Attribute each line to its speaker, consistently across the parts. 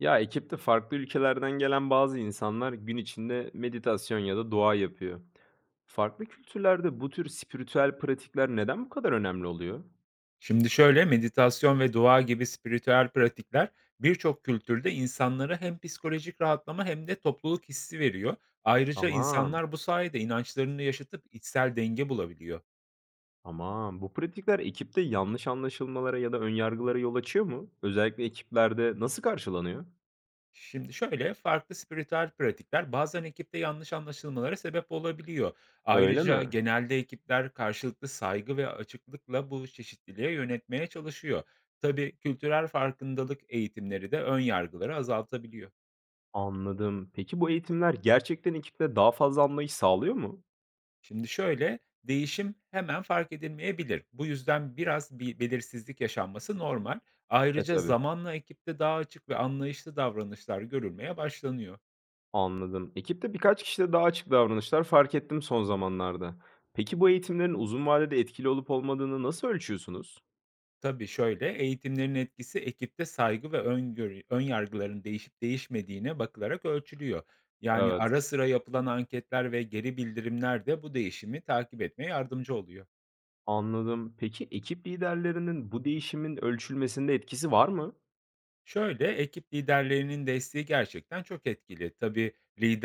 Speaker 1: Ya, ekipte farklı ülkelerden gelen bazı insanlar gün içinde meditasyon ya da dua yapıyor. Farklı kültürlerde bu tür spiritüel pratikler neden bu kadar önemli oluyor?
Speaker 2: Şimdi şöyle, meditasyon ve dua gibi spiritüel pratikler birçok kültürde insanlara hem psikolojik rahatlama hem de topluluk hissi veriyor. Ayrıca
Speaker 1: Tamam,
Speaker 2: insanlar bu sayede inançlarını yaşatıp içsel denge bulabiliyor.
Speaker 1: tamam. Bu pratikler ekipte yanlış anlaşılmalara ya da ön yargılara yol açıyor mu? Özellikle ekiplerde nasıl karşılanıyor?
Speaker 2: Şimdi şöyle, farklı spiritüel pratikler bazen ekipte yanlış anlaşılmalara sebep olabiliyor.
Speaker 1: Öyle
Speaker 2: Ayrıca
Speaker 1: mi?
Speaker 2: genelde ekipler karşılıklı saygı ve açıklıkla bu çeşitliliğe yönetmeye çalışıyor. Tabii kültürel farkındalık eğitimleri de ön yargıları azaltabiliyor.
Speaker 1: Anladım. Peki bu eğitimler gerçekten ekipte daha fazla anlayış sağlıyor mu?
Speaker 2: Şimdi şöyle, değişim hemen fark edilmeyebilir. Bu yüzden biraz bir belirsizlik yaşanması normal.
Speaker 1: E
Speaker 2: Ayrıca
Speaker 1: tabii.
Speaker 2: zamanla ekipte daha açık ve anlayışlı davranışlar görülmeye başlanıyor.
Speaker 1: Anladım. Ekipte birkaç kişide daha açık davranışlar fark ettim son zamanlarda. Peki bu eğitimlerin uzun vadede etkili olup olmadığını nasıl ölçüyorsunuz?
Speaker 2: Tabii şöyle, eğitimlerin etkisi ekipte saygı ve öngörü, ön yargıların değişip değişmediğine bakılarak ölçülüyor. Yani
Speaker 1: Evet,
Speaker 2: ara sıra yapılan anketler ve geri bildirimler de bu değişimi takip etmeye yardımcı oluyor.
Speaker 1: anladım. Peki ekip liderlerinin bu değişimin ölçülmesinde etkisi var mı?
Speaker 2: Şöyle, ekip liderlerinin desteği gerçekten çok etkili. Tabii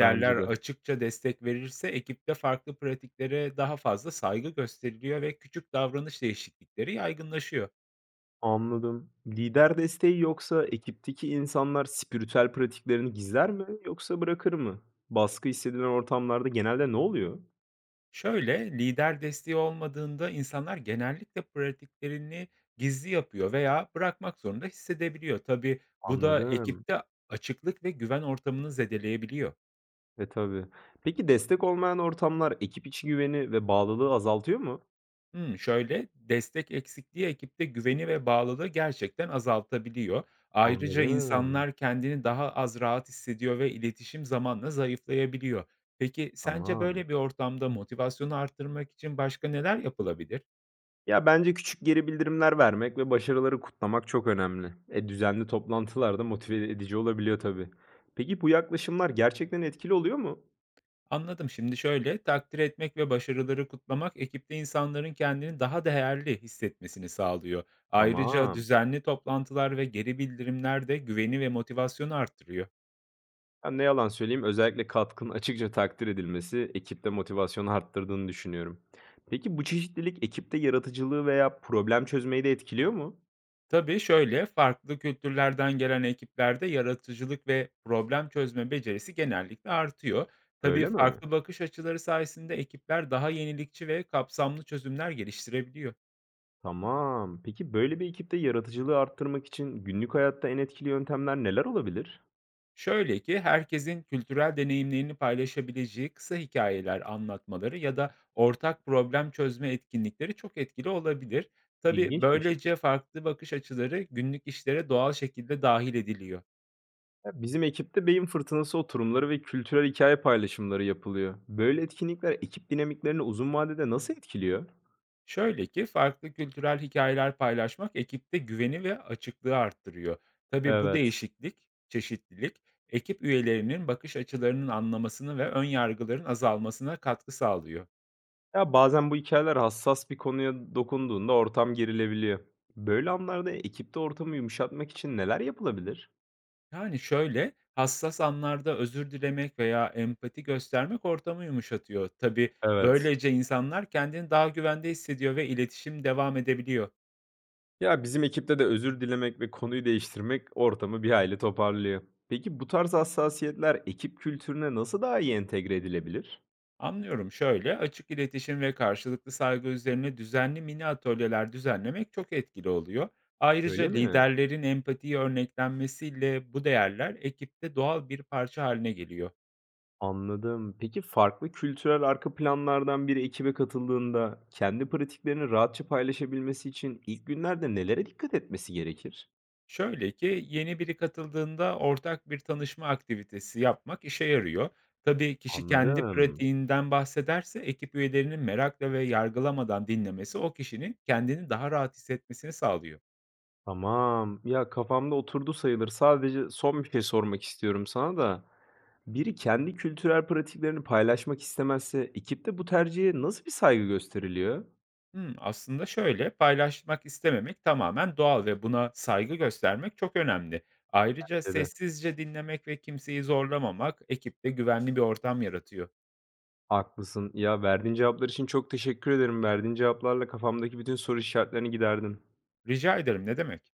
Speaker 1: Bence de.
Speaker 2: açıkça destek verirse ekipte farklı pratiklere daha fazla saygı gösteriliyor ve küçük davranış değişiklikleri yaygınlaşıyor.
Speaker 1: Anladım. Lider desteği yoksa ekipteki insanlar spiritüel pratiklerini gizler mi yoksa bırakır mı? Baskı hissedilen ortamlarda genelde ne oluyor?
Speaker 2: Şöyle, lider desteği olmadığında insanlar genellikle pratiklerini gizli yapıyor veya bırakmak zorunda hissedebiliyor. Tabii bu da
Speaker 1: Anladım.
Speaker 2: ekipte açıklık ve güven ortamını zedeleyebiliyor.
Speaker 1: E tabii. Peki destek olmayan ortamlar ekip içi güveni ve bağlılığı azaltıyor mu?
Speaker 2: Hımm, şöyle, destek eksikliği ekipte güveni ve bağlılığı gerçekten azaltabiliyor. Ayrıca
Speaker 1: Anladım,
Speaker 2: insanlar kendini daha az rahat hissediyor ve iletişim zamanla zayıflayabiliyor. Peki, sence
Speaker 1: tamam.
Speaker 2: böyle bir ortamda motivasyonu arttırmak için başka neler yapılabilir?
Speaker 1: Ya, bence küçük geri bildirimler vermek ve başarıları kutlamak çok önemli. Düzenli toplantılar da motive edici olabiliyor tabii. Peki bu yaklaşımlar gerçekten etkili oluyor mu?
Speaker 2: Anladım. Şimdi şöyle, takdir etmek ve başarıları kutlamak ekipte insanların kendini daha değerli hissetmesini sağlıyor. Ayrıca
Speaker 1: Tamam.
Speaker 2: düzenli toplantılar ve geri bildirimler de güveni ve motivasyonu arttırıyor.
Speaker 1: Ya, ne yalan söyleyeyim, özellikle katkının açıkça takdir edilmesi ekipte motivasyonu arttırdığını düşünüyorum. Peki bu çeşitlilik ekipte yaratıcılığı veya problem çözmeyi de etkiliyor mu?
Speaker 2: Tabii şöyle, farklı kültürlerden gelen ekiplerde yaratıcılık ve problem çözme becerisi genellikle artıyor. Tabii
Speaker 1: Öyle mi?
Speaker 2: farklı bakış açıları sayesinde ekipler daha yenilikçi ve kapsamlı çözümler geliştirebiliyor.
Speaker 1: Tamam. Peki böyle bir ekipte yaratıcılığı arttırmak için günlük hayatta en etkili yöntemler neler olabilir?
Speaker 2: Şöyle ki herkesin kültürel deneyimlerini paylaşabileceği kısa hikayeler anlatmaları ya da ortak problem çözme etkinlikleri çok etkili olabilir. Tabii
Speaker 1: İlginçmiş.
Speaker 2: böylece farklı bakış açıları günlük işlere doğal şekilde dahil ediliyor.
Speaker 1: Ya, bizim ekipte beyin fırtınası oturumları ve kültürel hikaye paylaşımları yapılıyor. Böyle etkinlikler ekip dinamiklerini uzun vadede nasıl etkiliyor?
Speaker 2: Şöyle ki farklı kültürel hikayeler paylaşmak ekipte güveni ve açıklığı arttırıyor. Tabii bu
Speaker 1: Evet.
Speaker 2: değişiklik, çeşitlilik ekip üyelerinin bakış açılarının anlamasını ve ön yargıların azalmasına katkı sağlıyor.
Speaker 1: Ya bazen bu hikayeler hassas bir konuya dokunduğunda ortam gerilebiliyor. Böyle anlarda ekipte ortamı yumuşatmak için neler yapılabilir?
Speaker 2: Yani şöyle, hassas anlarda özür dilemek veya empati göstermek ortamı yumuşatıyor. Tabii
Speaker 1: Evet.
Speaker 2: böylece insanlar kendini daha güvende hissediyor ve iletişim devam edebiliyor.
Speaker 1: Ya bizim ekipte de özür dilemek ve konuyu değiştirmek ortamı bir hayli toparlıyor. Peki bu tarz hassasiyetler ekip kültürüne nasıl daha iyi entegre edilebilir?
Speaker 2: Anlıyorum. Şöyle, açık iletişim ve karşılıklı saygı üzerine düzenli mini atölyeler düzenlemek çok etkili oluyor. Ayrıca
Speaker 1: Öyle mi?
Speaker 2: liderlerin empatiyi örneklenmesiyle bu değerler ekipte doğal bir parça haline geliyor.
Speaker 1: Anladım. Peki farklı kültürel arka planlardan biri ekibe katıldığında kendi pratiklerini rahatça paylaşabilmesi için ilk günlerde nelere dikkat etmesi gerekir?
Speaker 2: Şöyle ki yeni biri katıldığında ortak bir tanışma aktivitesi yapmak işe yarıyor. Tabii kişi kendi
Speaker 1: Anladım.
Speaker 2: pratiğinden bahsederse ekip üyelerinin merakla ve yargılamadan dinlemesi o kişinin kendini daha rahat hissetmesini sağlıyor.
Speaker 1: Tamam. Ya kafamda oturdu sayılır. Sadece son bir şey sormak istiyorum sana da. Biri kendi kültürel pratiklerini paylaşmak istemezse ekipte bu tercihe nasıl bir saygı gösteriliyor?
Speaker 2: Hımm, aslında şöyle, paylaşmak istememek tamamen doğal ve buna saygı göstermek çok önemli. Ayrıca
Speaker 1: Bence de.
Speaker 2: sessizce dinlemek ve kimseyi zorlamamak ekipte güvenli bir ortam yaratıyor.
Speaker 1: Haklısın. Ya verdiğin cevaplar için çok teşekkür ederim. Verdiğin cevaplarla kafamdaki bütün soru işaretlerini giderdin.
Speaker 2: Rica ederim, ne demek.